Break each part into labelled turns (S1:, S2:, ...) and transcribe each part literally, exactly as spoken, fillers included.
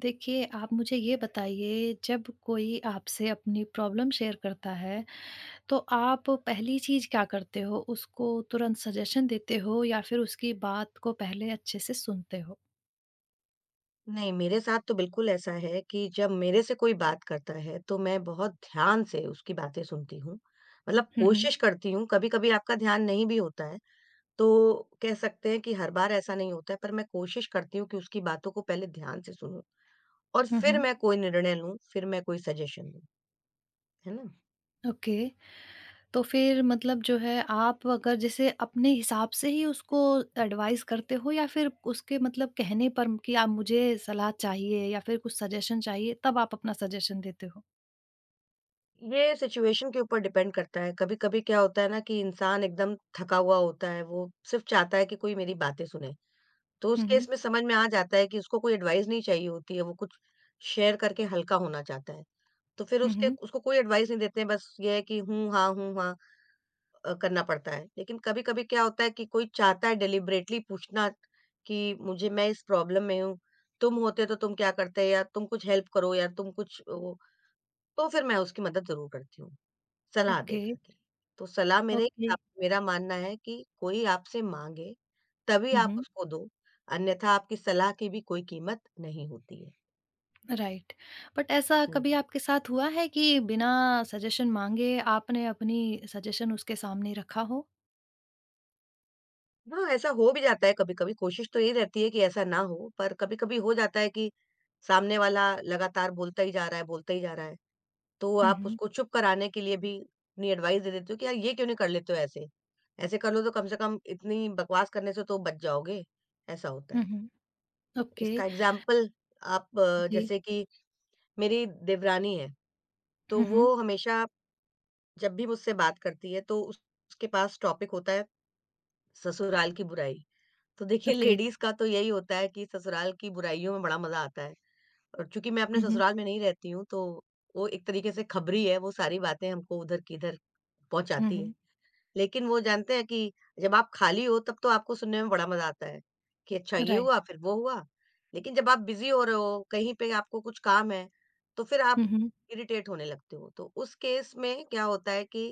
S1: देखिए, आप मुझे ये बताइए जब कोई आपसे अपनी प्रॉब्लम शेयर करता है, तो आप पहली चीज़ क्या करते हो? उसको तुरंत सजेशन देते हो या फिर उसकी बात को पहले अच्छे से सुनते हो?
S2: नहीं, मेरे साथ तो बिल्कुल ऐसा है कि जब मेरे से कोई बात करता है, तो मैं बहुत ध्यान से उसकी बातें सुनती हूँ। मतलब
S1: हुँ, हुँ।
S2: कोशिश करती हूँ, कभी-कभी आपका ध्यान नहीं भी होता है, तो कह सकते हैं कि हर बार ऐसा नहीं होता है, पर मैं कोशिश करती हूँ कि उसकी बातों को पहले ध्यान से सुनूँ और
S1: हुँ,
S2: फिर
S1: हुँ।
S2: मैं कोई निर्णय लूँ, फिर मैं कोई सजेशन दूँ, है ना?
S1: ओके, तो फिर मतलब जो है आप अगर जैसे अपने हिसाब से ही उसको एडवाइस करते हो या फिर उसके मतलब कहने पर कि आप मुझे सलाह चाहिए या फिर कुछ सजेशन चाहिए तब आप अपना सजेशन देते हो?
S2: ये सिचुएशन के ऊपर डिपेंड करता है। कभी-कभी क्या होता है ना कि इंसान एकदम थका हुआ होता है, वो सिर्फ़ चाहता है कि कोई मेरी बातें सुने। तो उस
S1: हुँ,
S2: केस
S1: हुँ।
S2: में समझ में आ जाता है कि उसको कोई एडवाइस नहीं चाहिए होती है, वो कुछ शेयर करके हल्का होना चाहता है। तो फिर
S1: हुँ,
S2: उसके
S1: हुँ।
S2: उसको कोई एडवाइस नहीं देते हैं, बस ये है कि हूँ, हाँ, हूँ, हाँ अ, करना पड़ता है। लेकिन कभी-कभी क्या होता है कि कोई चाहता है डेलिबरेटली पूछना कि मुझे मैं इस प्रॉब्लम में हूँ, तुम होते तो तुम क्या करते या तुम कुछ हेल्प करो या तुम कुछ वो, तो फिर मैं उसकी मदद ज़रूर करती हूँ, सलाह दे
S1: ओके,
S2: करके। तो सलाह मेरे
S1: ओके।
S2: मेरा मानना है कि कोई आपसे माँगे तभी
S1: हुँ,
S2: आप
S1: हुँ।
S2: उसको दो, अन्यथा आपकी सलाह की भी कोई कीमत नहीं होती है।
S1: राइट। बट ऐसा कभी
S2: हुँ।
S1: आपके साथ हुआ है कि बिना सजेशन माँगे आपने अपनी सजेशन उसके सामने रखा हो?
S2: हाँ, ऐसा हो भी जाता है कभी-कभी, कोशिश तो यही रहती है कि ऐसा ना हो, पर कभी-कभी हो जाता है कि सामने वाला लगातार बोलता ही जा रहा है, बोलता ही जा रहा है, तो
S1: हुँ,
S2: आप
S1: हुँ।
S2: उसको चुप कराने के लिए भी अपनी एडवाइस दे देते हो कि यार ये क्यों नहीं कर लेते हो ऐसे? ऐसे कर लो तो कम से कम इतनी बकवास करने से तो बच जाओगे, ऐसा होता
S1: हुँ,
S2: है।
S1: हुँ। ओके।
S2: इसका एग्ज़ाम्पल आप अ,
S1: जी।
S2: जैसे कि मेरी देवरानी है, तो
S1: हुँ, हुँ।
S2: वो हमेशा जब भी मुझसे बात करती है तो उस उसके पास टॉपिक होता है, ससुराल की बुराई। तो देखिए,
S1: ओके।
S2: लेडीज़ का तो यही होता है कि ससुराल की बुराइयों में बड़ा मज़ा आता है। और चूँकि मैं अपने
S1: हुँ, हुँ।
S2: ससुराल में नहीं रहती हूँ, तो वो एक तरीके से खबरी है, वो सारी बातें हमको उधर की इधर
S1: हुँ,
S2: पहुँचाती है।
S1: हुँ।
S2: लेकिन वो जानते हैं कि जब आप खाली हो तब तो आपको सुनने में बड़ा मज़ा आता है कि अच्छा, ये हुआ
S1: राइट।
S2: फिर वो हुआ। लेकिन जब आप बिज़ी हो रहे हो, कहीं पे आपको कुछ काम है, तो फिर आप
S1: हुँ, हुँ।
S2: इरिटेट होने लगते हो। तो उस केस में क्या होता है कि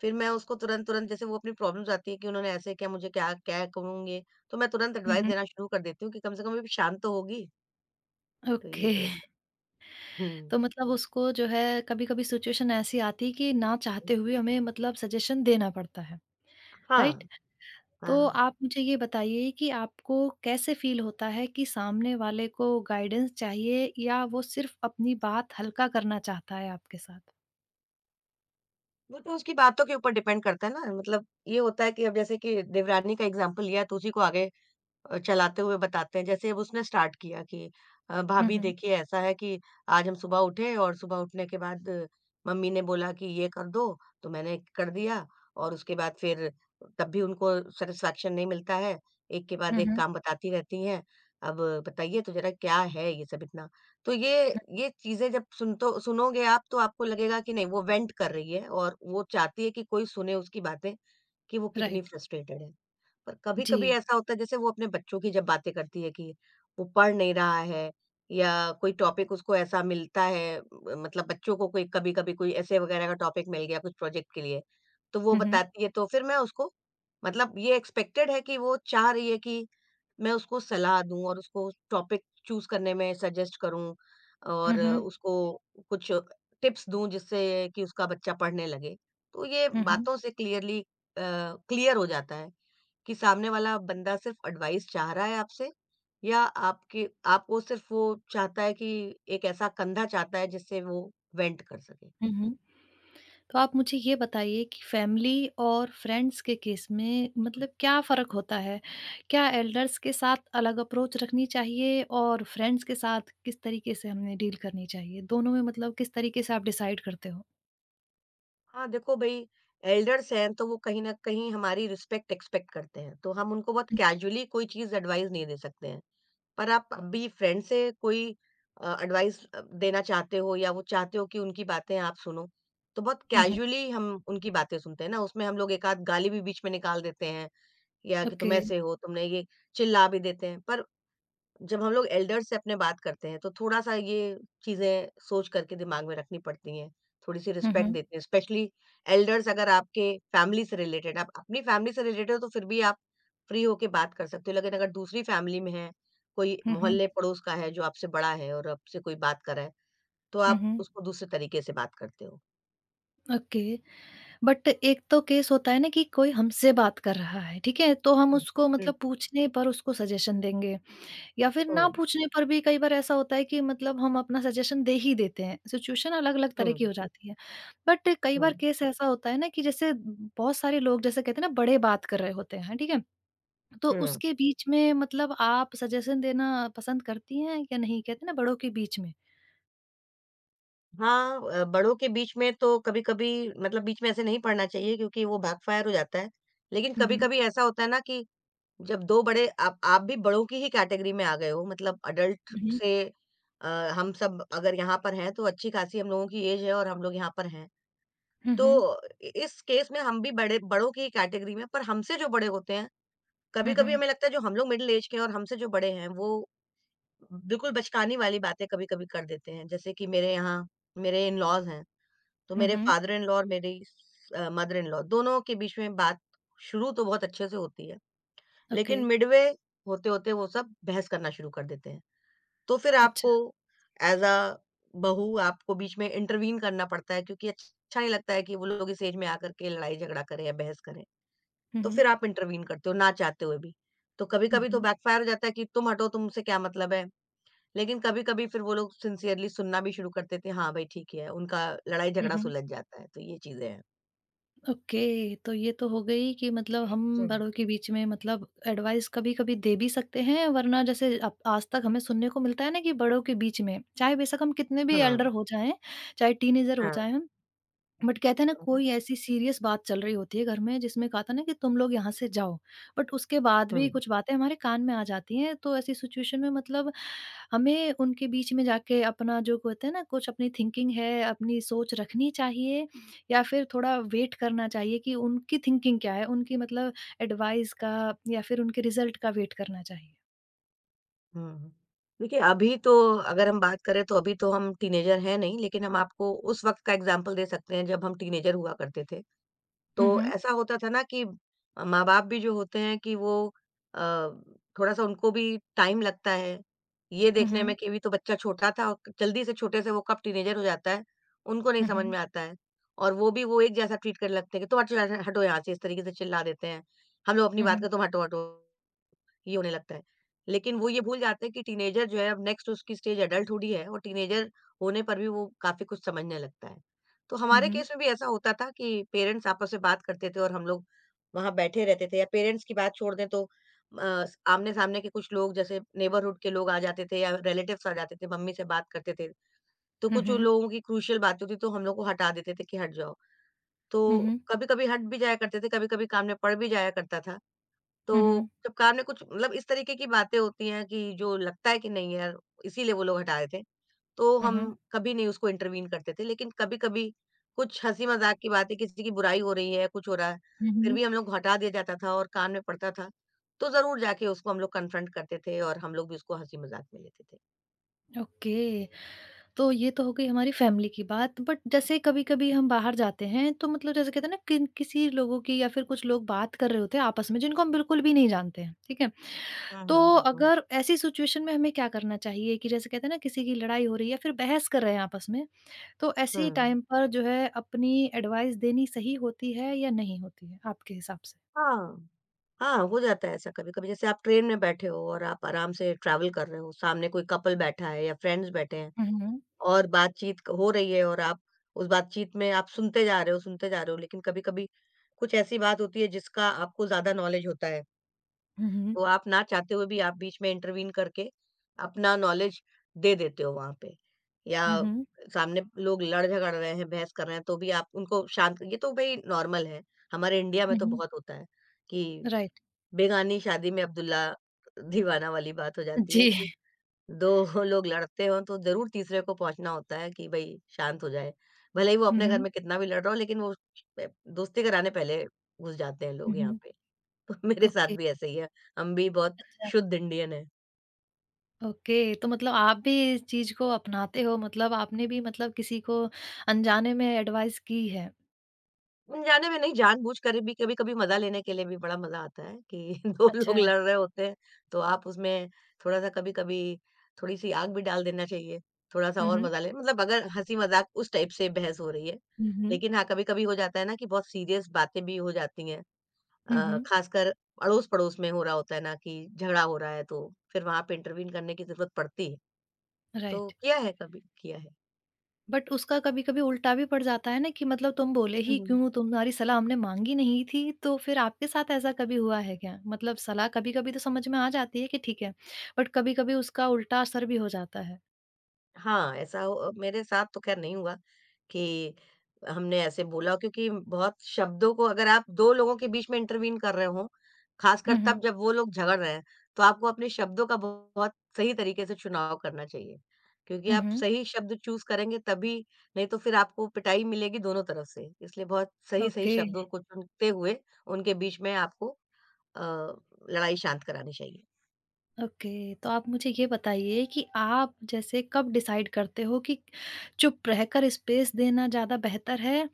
S2: फिर मैं उसको तुरंत-तुरंत, जैसे वो अपनी प्रॉब्लम्स आती है कि उन्होंने ऐसे क्या, मुझे क्या क्या कहूँगी, तो मैं तुरंत
S1: हुँ,
S2: एडवाइस
S1: हुँ।
S2: देना शुरू कर देती हूँ कि कम से कम अभी शांत तो होगी, तो ये
S1: ओके।
S2: केस है। हुँ।
S1: तो मतलब उसको जो है कभी-कभी सिचुएशन ऐसी आती है कि ना चाहते हुए हमें मतलब सजेशन देना पड़ता है, राइट?
S2: हाँ,
S1: तो
S2: हाँ।
S1: आप मुझे ये बताइए कि आपको कैसे फ़ील होता है कि सामने वाले को गाइडेंस चाहिए या वो सिर्फ़ अपनी बात हल्का करना चाहता है आपके साथ?
S2: वो तो उसकी बातों के ऊपर डिपेंड करता है ना, मतलब ये होता है कि अब जैसे कि देवरानी का एग्ज़ाम्पल लिया तो उसी को आगे अ, चलाते हुए बताते हैं। जैसे अब उसने स्टार्ट किया कि अ,
S1: हुँ,
S2: भाभी
S1: हुँ।
S2: देखिए, ऐसा है कि आज हम सुबह उठे और सुबह उठने के बाद मम्मी ने बोला कि ये कर दो, तो मैंने कर दिया और उसके बाद फिर तब भी उनको सैटिस्फैक्शन नहीं मिलता है। एक के बाद
S1: हुँ,
S2: एक
S1: हुँ।
S2: काम बताती रहती हैं। अब बताइए तो ज़रा, क्या है ये सब इतना? तो ये ये चीज़ें जब सुन तो सुनोगे आप, तो आपको लगेगा कि नहीं, वो वेंट कर रही है और वो चाहती है कि कोई सुने उसकी बातें, कि वो कितनी
S1: राइट।
S2: फ्रस्ट्रेटेड है। पर
S1: जी।
S2: कभी-कभी ऐसा होता है, जैसे वो अपने बच्चों की जब बातें करती है कि वो पढ़ नहीं रहा है, या कोई टॉपिक उसको ऐसा मिलता है, म मतलब बच्चों को कोई कभी-कभी कोई ऐसे वगैरह का टॉपिक मिल गया कुछ प्रोजेक्ट के लिए, तो वो
S1: हुँ, हुँ।
S2: बताती है, तो फिर मैं उसको, मतलब ये एक्सपेक्टेड है कि वो चाह रही है कि मैं उसको सलाह दूँ और उसको टॉपिक चूज़ करने में सजेस्ट करूँ
S1: हुँ,
S2: और
S1: हुँ।
S2: उसको कुछ टिप्स दूँ जिससे कि उसका बच्चा पढ़ने लगे। तो ये
S1: हुँ, हुँ।
S2: बातों से क्लियरली अ, क्लियर हो जाता है। कि सामने वाला बंदा सिर्फ एडवाइस चाह रहा है आपसे, या आपके आपको सिर्फ वो चाहता है कि एक ऐसा कंधा चाहता है जिससे वो वेंट कर सके?
S1: हुँ, हुँ। तो आप मुझे ये बताइए कि फ़ैमिली और फ्रेंड्स के केस में मतलब क्या फ़र्क होता है? क्या एल्डर्स के साथ अलग अप्रोच रखनी चाहिए और फ्रेंड्स के साथ किस तरीके से हमें डील करनी चाहिए? दोनों में मतलब किस तरीके से आप डिसाइड करते हो?
S2: हाँ, देखो भई, एल्डर्स हैं तो वो कहीं न कहीं हमारी रिस्पेक्ट एक्सपेक्ट करते हैं, तो हम उनको बहुत
S1: हुँ,
S2: कैजुअली कोई चीज़ एडवाइस नहीं दे सकते हैं। पर आप अभी फ्रेंड से कोई अ, एडवाइस अ, देना चाहते हो या वो चाहते हो कि उनकी बातें आप सुनो, तो बहुत
S1: हुँ, हुँ।
S2: कैजुअली हम उनकी बातें सुनते हैं ना, उसमें हम लोग एक आध गाली भी बीच में निकाल देते हैं या कि
S1: ओके।
S2: तुम ऐसे हो, तुमने ये, चिल्ला भी देते हैं। पर जब हम लोग एल्डर्स से अपने बात करते हैं, तो थोड़ा-सा ये चीज़ें सोच करके दिमाग में रखनी पड़ती हैं। थोड़ी-सी
S1: हुँ,
S2: रिस्पेक्ट
S1: हुँ।
S2: देते हैं, स्पेशली एल्डर्स अगर आपके फैमिली से रिलेटेड, आप अपनी फैमिली से रिलेटेड हो, तो फिर भी आप फ्री होके बात कर सकते हो। लेकिन अगर दूसरी फैमिली में है, कोई
S1: हुँ, हुँ।
S2: मोहल्ले पड़ोस का है जो आपसे बड़ा है और आपसे कोई बात कर रहा है, तो
S1: हुँ,
S2: आप
S1: हुँ।
S2: उसको दूसरे तरीके से बात करते हो।
S1: ओके, बट एक तो केस होता है ना कि कोई हमसे बात कर रहा है, ठीक है? तो हम
S2: हुँ,
S1: उसको
S2: हुँ,
S1: मतलब पूछने पर उसको सजेशन देंगे या फिर ना
S2: हुँ,
S1: पूछने पर भी कई बार ऐसा होता है कि मतलब हम अपना सजेशन दे ही देते हैं। सिचुएशन अलग-अलग तरह
S2: हुँ,
S1: की हो जाती है। बट कई बार केस ऐसा होता है ना कि जैसे बहुत सारे लोग जैसे कहते हैं ना बड़े बात कर रहे होते हैं, ठीक है? तो
S2: हुँ, हुँ।
S1: उसके बीच में मतलब आप सजेशन देना पसंद करती हैं या नहीं? कहते हैं ना बड़ों के बीच में?
S2: हाँ, अ, बड़ों के बीच में तो कभी-कभी, मतलब बीच में ऐसे नहीं पढ़ना चाहिए क्योंकि वो बैकफायर हो जाता है। लेकिन
S1: हुँ, हुँ।
S2: कभी-कभी ऐसा होता है ना कि जब दो बड़े, आप आप भी बड़ों की ही कैटेगरी में आ गए हो, मतलब एडल्ट
S1: हुँ, हुँ।
S2: से अ, हम सब अगर यहाँ पर हैं तो अच्छी-खासी हम लोगों की ऐज है और हम लोग यहाँ पर हैं।
S1: हुँ,
S2: तो
S1: हुँ।
S2: इ इस केस में हम भी बड़े बड़ों की ही कैटेगरी में, पर हमसे जो बड़े होते हैं,
S1: हुँ,
S2: कभी-कभी
S1: हुँ।
S2: हमें लगता है जो हम लोग मिडल ऐज के हैं और हमसे जो बड़े हैं, वो बिल्कुल बचकानी वाली बातें कभी-कभी कर देते हैं। जैसे कि मेरे यहाँ मेरे इन-लॉज़ हैं। तो
S1: हुँ,
S2: मेरे
S1: हुँ।
S2: फादर इन लॉ और मेरी स अ, मदर इन लॉ दोनों के बीच में बात शुरू तो बहुत अच्छे से होती है,
S1: ओके,
S2: लेकिन मिडवे होते-होते वो सब बहस करना शुरू कर देते हैं। तो फिर
S1: अच्छा।
S2: आपको, एज़ अ बहू, आपको बीच में इंटरवीन करना पड़ता है क्योंकि अच्छा नहीं लगता है कि वो लोग इस एज में आकर के लड़ाई-झगड़ा करें या बहस करें।
S1: हुँ,
S2: तो
S1: हुँ।
S2: फिर आप इंटरवीन करते हो ना चाहते हुए भी। तो
S1: हुँ,
S2: कभी-कभी तो
S1: हुँ।
S2: बैकफायर हो जाता है कि तुम हटो, तुमसे क्या मतलब है? लेकिन कभी-कभी फिर वो लोग सिंसियरली सुनना भी शुरू कर देते हैं, हाँ भाई ठीक ही है, उनका
S1: हुँ,
S2: लड़ाई-झगड़ा
S1: हुँ।
S2: सुलझ जाता है। तो ये चीज़ें हैं।
S1: ओके, तो ये तो हो गई कि मतलब हम
S2: हुँ,
S1: बड़ों के बीच में मतलब एडवाइस कभी-कभी दे भी सकते हैं, वरना जैसे अब आज तक हमें सुनने को मिलता है ना कि बड़ों के बीच में, चाहे बेशक हम कितने भी
S2: हाँ,
S1: एल्डर हो जाएँ, चाहे टीनेजर हो
S2: हाँ,
S1: जाएँ हम, बट कहते हैं ना कोई ऐसी सीरियस बात चल रही होती है घर में जिसमें कहा था ना कि तुम लोग यहाँ से जाओ, बट उसके बाद भी
S2: हाँ।
S1: कुछ बातें हमारे कान में आ जाती हैं, तो ऐसी सिचुएशन में मतलब हमें उनके बीच में जाके अपना जो कहते हैं ना कुछ अपनी थिंकिंग है अपनी सोच रखनी चाहिए या फिर थोड़ा वेट करना चाहिए कि उनकी थिंकिंग क्या है, उनकी मतलब एडवाइस का या फिर उनके रिजल्ट का वेट करना चाहिए।
S2: हुँ, हुँ। देखिए, अभी तो, अगर हम बात करें तो अभी तो हम टीनेजर हैं नहीं, लेकिन हम आपको उस वक़्त का एग्ज़ाम्पल दे सकते हैं जब हम टीनेजर हुआ करते थे। तो
S1: हम्म हम्म।
S2: ऐसा होता था ना कि अ, माँ-बाप भी जो होते हैं कि वो अ, थोड़ा-सा, उनको भी टाइम लगता है, ये देखने में, कि अभी तो बच्चा छोटा था और जल्दी से छोटे से वो कब टीनेजर हो जाता है, उनको नहीं
S1: हम्म
S2: समझ
S1: हम्म।
S2: में आता है। और वो भी वो एक जैसा ट्रीट करने लगते हैं कि तुम हट हटो यहाँ से, इस तरीके से चिल्ला देते हैं। हम लोग अपनी बात
S1: हम्म
S2: करते, तुम हटो, हटो। ये उन्हें लगता है। लेकिन वो ये भूल जाते हैं कि टीनेजर जो है, अब नेक्स्ट उसकी स्टेज एडल्टहुड ही है और टीनेजर होने पर भी वो काफ़ी कुछ समझने लगता है। तो हमारे
S1: हम्म।
S2: केस में भी ऐसा होता था कि पेरेंट्स आपस में बात करते थे और हम लोग वहाँ बैठे रहते थे, या पेरेंट्स की बात छोड़ दें तो अ, आमने-सामने के कुछ लोग, जैसे नेबरहुड के लोग आ जाते थे या रिलेटिव्स आ जाते थे, मम्मी से बात करते थे। तो
S1: हम्म
S2: कुछ उन
S1: हम्म।
S2: लोगों की क्रूशियल बात होती तो हम लोग को हटा देते थे कि हट जाओ। तो
S1: हम्म
S2: कभी-कभी हट भी जाया करते थे, कभी-कभी काम में पड़ भी जाया करता था। तो
S1: हम्म।
S2: जब कार में कुछ, मतलब इस तरीके की बातें होती हैं कि जो लगता है कि नहीं यार, इसीलिए वो लोग हटा रहे थे, तो हम
S1: हम्म
S2: कभी नहीं उसको इंटरवीन करते थे। लेकिन कभी-कभी कुछ हँसी-मज़ाक की बातें, किसी की बुराई हो रही है, कुछ हो रहा है, फिर
S1: हम्म।
S2: भी हम लोग, हटा दिया जाता था और कान में पड़ता था। तो ज़रूर जाके उसको हम लोग कन्फ्रंट करते थे और हम लोग भी उसको हँसी-मज़ाक में लेते थे।
S1: ओके, तो ये तो हो गई हमारी फैमिली की बात। बट जैसे कभी-कभी हम बाहर जाते हैं, तो मतलब जैसे कहते हैं ना किन किसी लोगों की या फिर कुछ लोग बात कर रहे होते हैं आपस में, जिनको हम बिल्कुल भी नहीं जानते हैं, ठीक है?
S2: हुँ, हुँ,
S1: तो
S2: हुँ, हुँ।
S1: अगर ऐसी सिचुएशन में हमें क्या करना चाहिए कि जैसे कहते हैं ना किसी की लड़ाई हो रही है या फिर बहस कर रहे हैं आपस में, तो ऐसे
S2: हुँ।
S1: टाइम पर जो है अपनी एडवाइस देनी सही होती है या नहीं होती है आपके हिसाब से?
S2: हाँ। हाँ, हो जाता है ऐसा कभी-कभी। जैसे आप ट्रेन में बैठे हो और आप आराम से ट्रैवल कर रहे हो, सामने कोई कपल बैठा है या फ्रेंड्स बैठे हैं।
S1: हुँ, हुँ।
S2: और बातचीत क हो रही है और आप उस बातचीत में आप सुनते जा रहे हो, सुनते जा रहे हो, लेकिन कभी-कभी कुछ ऐसी बात होती है जिसका आपको ज़्यादा नॉलेज होता है,
S1: हुँ, हुँ।
S2: तो आप ना चाहते हुए भी आप बीच में इंटरवीन करके अपना नॉलेज दे देते हो वहाँ पे। या
S1: हुँ, हुँ।
S2: सामने लोग लड़-झगड़ रहे हैं, बहस कर रहे हैं, तो भी आप उनको शांत ये तो भई नॉर्मल है, हमारे इंडिया में
S1: हुँ,
S2: तो
S1: हुँ।
S2: बहुत होता है कि
S1: राइट।
S2: बेगानी शादी में अब्दुल्ला दीवाना वाली बात हो जाती है।
S1: जी।
S2: कि दो लोग लड़ते हो तो ज़रूर तीसरे को पहुँचना होता है कि भई शांत हो जाए। भले ही वो
S1: हुँ,
S2: अपने घर
S1: हुँ।
S2: में कितना भी लड़ रहा हो लेकिन वो प दोस्ती कराने पहले घुस जाते हैं
S1: हुँ,
S2: लोग यहाँ
S1: हुँ।
S2: पे। तो मेरे साथ
S1: ओके,
S2: भी ऐसे ही है, हम भी बहुत
S1: अच्छा।
S2: शुद्ध इंडियन हैं।
S1: ओके, तो मतलब आप भी इस चीज़ को अपनाते हो मतलब आपने भी मतलब किसी को अनजाने में एडवाइस की है।
S2: अनजाने में नहीं, जानबूझकर भी कभी-कभी मज़ा लेने के लिए भी बड़ा मज़ा आता है कि दो
S1: अच्छा।
S2: लोग लड़ रहे होते हैं, तो आप उसमें थोड़ा-सा कभी-कभी थोड़ी-सी आग भी डाल देना चाहिए, थोड़ा-सा
S1: हुँ,
S2: और
S1: हुँ।
S2: मज़ा ले मतलब अगर हँसी-मज़ाक उस टाइप से बहस हो रही है।
S1: हुँ, हुँ।
S2: लेकिन हाँ, कभी-कभी हो जाता है ना कि बहुत सीरियस बातें भी हो जाती हैं,
S1: हुँ,
S2: अ,
S1: हुँ।
S2: ख़ासकर अड़ोस-पड़ोस में हो रहा होता है ना कि झगड़ा हो रहा है, तो फिर वहाँ पे इंटरवीन करने की ज़रूरत पड़ती है। तो
S1: राइट।
S2: किया है कभी, किया है।
S1: बट उसका कभी-कभी उल्टा भी पड़ जाता है ना कि मतलब तुम बोले
S2: हुँ,
S1: ही
S2: हुँ।
S1: क्यों? तुम्हारी सलाह हमने माँगी नहीं थी, तो फिर आपके साथ ऐसा कभी हुआ है क्या? मतलब सलाह कभी-कभी तो समझ में आ जाती है कि ठीक है, बट कभी-कभी उसका उल्टा असर भी हो जाता है।
S2: हाँ, ऐसा हो मेरे साथ तो ख़ैर नहीं हुआ कि हमने ऐसे बोला हो, क्योंकि बहुत शब्दों को अगर आप दो लोगों के बीच में इंटरवीन कर रहे हो, ख़ासकर
S1: हुँ,
S2: तब
S1: हुँ।
S2: जब वो लोग झगड़ रहे हैं, तो आपको अपने शब्दों का बहुत सही तरीके से चुनाव करना चाहिए। क्योंकि
S1: हुँ,
S2: आप
S1: हुँ।
S2: सही शब्द चूज़ करेंगे तभी नहीं तो फिर आपको पिटाई मिलेगी दोनों तरफ से। इसलिए बहुत सही-सही
S1: ओके।
S2: शब्दों को चुनते हुए उनके बीच में आपको अ, लड़ाई शांत करानी चाहिए।
S1: ओके, तो आप मुझे ये बताइए कि आप जैसे कब डिसाइड करते हो कि चुप रहकर स्पेस देना ज़्यादा बेहतर है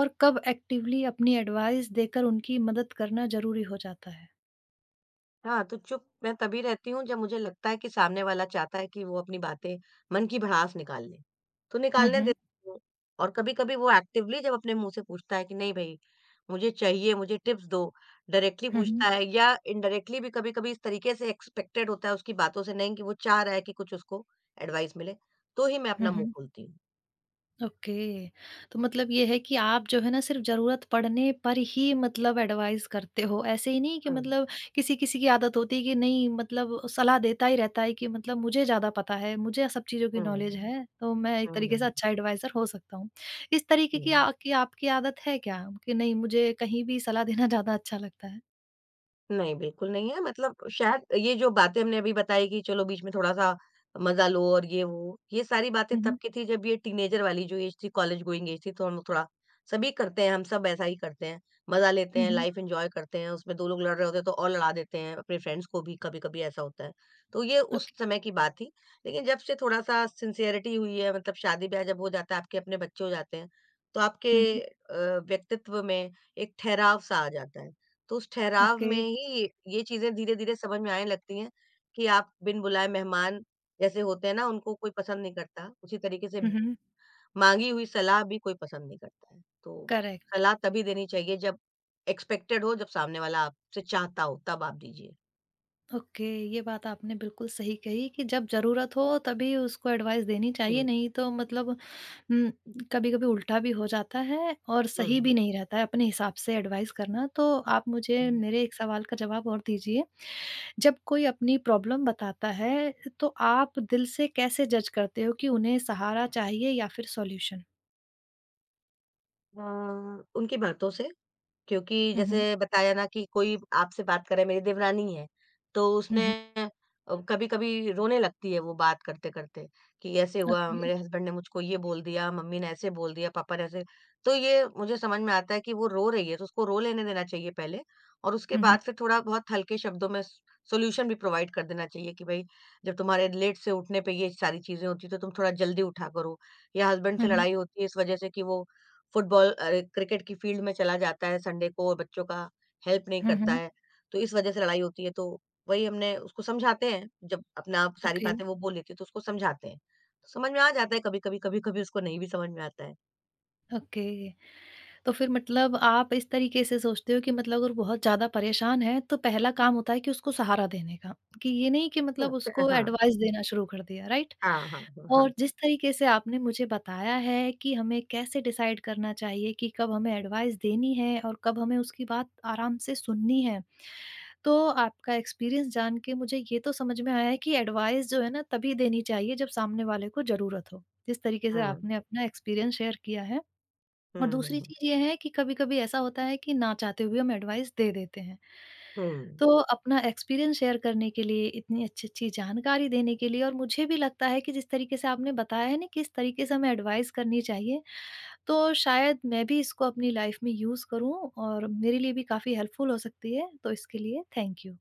S1: और कब एक्टिवली अपनी एडवाइस देकर उनकी मदद करना ज़रूरी हो जाता है?
S2: हाँ, तो चुप मैं तभी रहती हूँ जब मुझे लगता है कि सामने वाला चाहता है कि वो अपनी बातें मन की भड़ास निकाल ले। तो निकालने
S1: हम्म।
S2: देती हूँ और कभी-कभी वो एक्टिवली जब अपने मुँह से पूछता है कि नहीं भई, मुझे चाहिए, मुझे टिप्स दो, डायरेक्टली
S1: हम्म।
S2: पूछता है या इनडायरेक्टली भी कभी-कभी इस तरीके से एक्सपेक्टेड होता है उसकी बातों से नहीं कि वो चाह रहा है कि कुछ उसको एडवाइस मिले, तो ही मैं अपना मुँह
S1: हम्म
S2: खोलती हूँ।
S1: ओके, तो मतलब ये है कि आप जो है ना सिर्फ जरूरत पड़ने पर ही मतलब एडवाइस करते हो, ऐसे ही नहीं कि
S2: हुँ,
S1: मतलब किसी किसी की आदत होती है कि नहीं मतलब सलाह देता ही रहता है कि मतलब मुझे ज्यादा पता है, मुझे सब चीजों की
S2: हुँ, हुँ,
S1: नॉलेज है, तो मैं एक
S2: हुँ,
S1: तरीके से
S2: हुँ,
S1: अच्छा एडवाइजर हो सकता हूँ। इस तरीके की,
S2: हुँ।
S1: आ, की आपकी आदत है क्या कि नहीं मुझे कहीं भी सलाह देना ज्यादा अच्छा लगता है?
S2: नहीं, बिल्कुल नहीं है मतलब शायद ये जो बातें हमने अभी बताई कि चलो बीच में थोड़ा-सा मज़ा लो और ये वो, ये सारी बातें तब
S1: हम्म
S2: की थी जब ये टीनेजर वाली जो एज थी, कॉलेज गोइंग एज थी तो हम थोड़ा सभी करते हैं, हम सब ऐसा ही करते हैं। मज़ा लेते
S1: हम्म।
S2: हैं,
S1: हम्म,
S2: लाइफ़ एन्जॉय करते हैं, उसमें दो लोग लड़ रहे होते हैं तो और लड़ा देते हैं, अपने फ्रेंड्स को भी कभी-कभी ऐसा होता है। तो ये उस
S1: ओके।
S2: समय की बात थी। लेकिन जब से थोड़ा-सा सिंसियरिटी हुई है मतलब शादी-ब्याह जब हो जाता है, आपके अपने बच्चे हो जाते हैं, तो आपके
S1: हम्म।
S2: अ, व्यक्तित्व में एक ठहराव-सा आ जाता है। तो उस ठहराव
S1: ओके।
S2: में ही ये चीज़ें धीरे-धीरे समझ में आने लगती हैं कि आप बिन बुलाए मेहमान जैसे होते हैं ना, उनको कोई पसंद नहीं करता। उसी तरीके से
S1: हम्म।
S2: माँगी हुई सलाह भी कोई पसंद नहीं करता है। तो
S1: करेक्ट।
S2: सलाह तभी देनी चाहिए जब एक्सपेक्टेड हो, जब सामने वाला आपसे चाहता हो, तब आप दीजिए।
S1: ओके, ये बात आपने बिल्कुल सही कही कि जब जरूरत हो तभी उसको एडवाइस देनी चाहिए,
S2: हुँ,
S1: नहीं तो मतलब कभी कभी उल्टा भी हो जाता है और
S2: हुँ,
S1: सही भी
S2: हुँ।
S1: नहीं रहता है अपने हिसाब से एडवाइस करना। तो आप मुझे
S2: हुँ।
S1: मेरे एक सवाल का जवाब और दीजिए, जब कोई अपनी प्रॉब्लम बताता है तो आप दिल से कैसे जज करते हो कि उन्हें सहारा चाहिए या फिर सॉल्यूशन?
S2: अ, उनकी बातों से क्योंकि
S1: हम्म
S2: जैसे बताया ना कि कोई आपसे बात करे मेरी देवरानी है, तो उसने
S1: हम्म।
S2: अ, कभी-कभी रोने लगती है वो बात करते-करते कि ऐसे हुआ,
S1: ओके।
S2: मेरे हस्बैंड ने मुझको ये बोल दिया, मम्मी ने ऐसे बोल दिया, पापा ने ऐसे, तो ये मुझे समझ में आता है कि वो रो रही है, तो उसको रो लेने देना चाहिए पहले और उसके
S1: हम्म
S2: बाद फिर थोड़ा बहुत हल्के शब्दों में स सॉल्यूशन भी प्रोवाइड कर देना चाहिए कि भई, जब तुम्हारे लेट से उठने पे ये सारी चीज़ें होती हैं, तो तुम थोड़ा जल्दी उठा करो या हस्बैंड से
S1: हम्म
S2: लड़ाई होती है इस वजह से कि वो फुटबॉल अरे क्रिकेट की फील्ड में चला जाता है संडे को और बच्चों का हेल्प नहीं करता
S1: हम्म।
S2: है, तो इस वजह से लड़ाई होती है। तो वही हमने उसको समझाते हैं, जब अपना आप सारी
S1: ओके।
S2: बातें वो बोल लेती है तो उसको समझाते हैं। तो समझ में आ जाता है कभी-कभी, कभी-कभी उसको नहीं भी समझ में आता है।
S1: ओके, तो फिर मतलब आप इस तरीके से सोचते हो कि मतलब अगर बहुत ज़्यादा परेशान है तो पहला काम होता है कि उसको सहारा देने का, कि ये नहीं कि
S2: हुँ,
S1: मतलब उसको
S2: हाँ,
S1: एडवाइस देना शुरू कर दिया, राइट?
S2: हाँ, हाँ, हाँ, हाँ।
S1: और जिस तरीके से आपने मुझे बताया है कि हमें कैसे डिसाइड करना चाहिए कि कब हमें एडवाइस देनी है और कब हमें उसकी बात आराम से सुननी है। तो आपका एक्सपीरियंस जान के मुझे ये तो समझ में आया है कि एडवाइस जो है ना तभी देनी चाहिए जब सामने वाले को ज़रूरत हो। जिस तरीके से
S2: हुँ,
S1: आपने अपना एक्सपीरियंस शेयर किया है। और
S2: हुँ, हुँ,
S1: दूसरी
S2: हुँ।
S1: चीज़ ये है कि कभी-कभी ऐसा होता है कि ना चाहते हुए हम एडवाइस दे देते हैं।
S2: हुँ।
S1: तो अपना एक्सपीरियंस शेयर करने के लिए, इतनी अच्छी-अच्छी जानकारी देने के लिए, और मुझे भी लगता है कि जिस तरीके से आपने बताया है ना किस तरीके से हमें एडवाइस करनी चाहिए, तो शायद मैं भी इसको अपनी लाइफ़ में यूज़ करूँ और मेरे लिए भी काफ़ी हेल्पफुल हो सकती है। तो इसके लिए थैंक यू।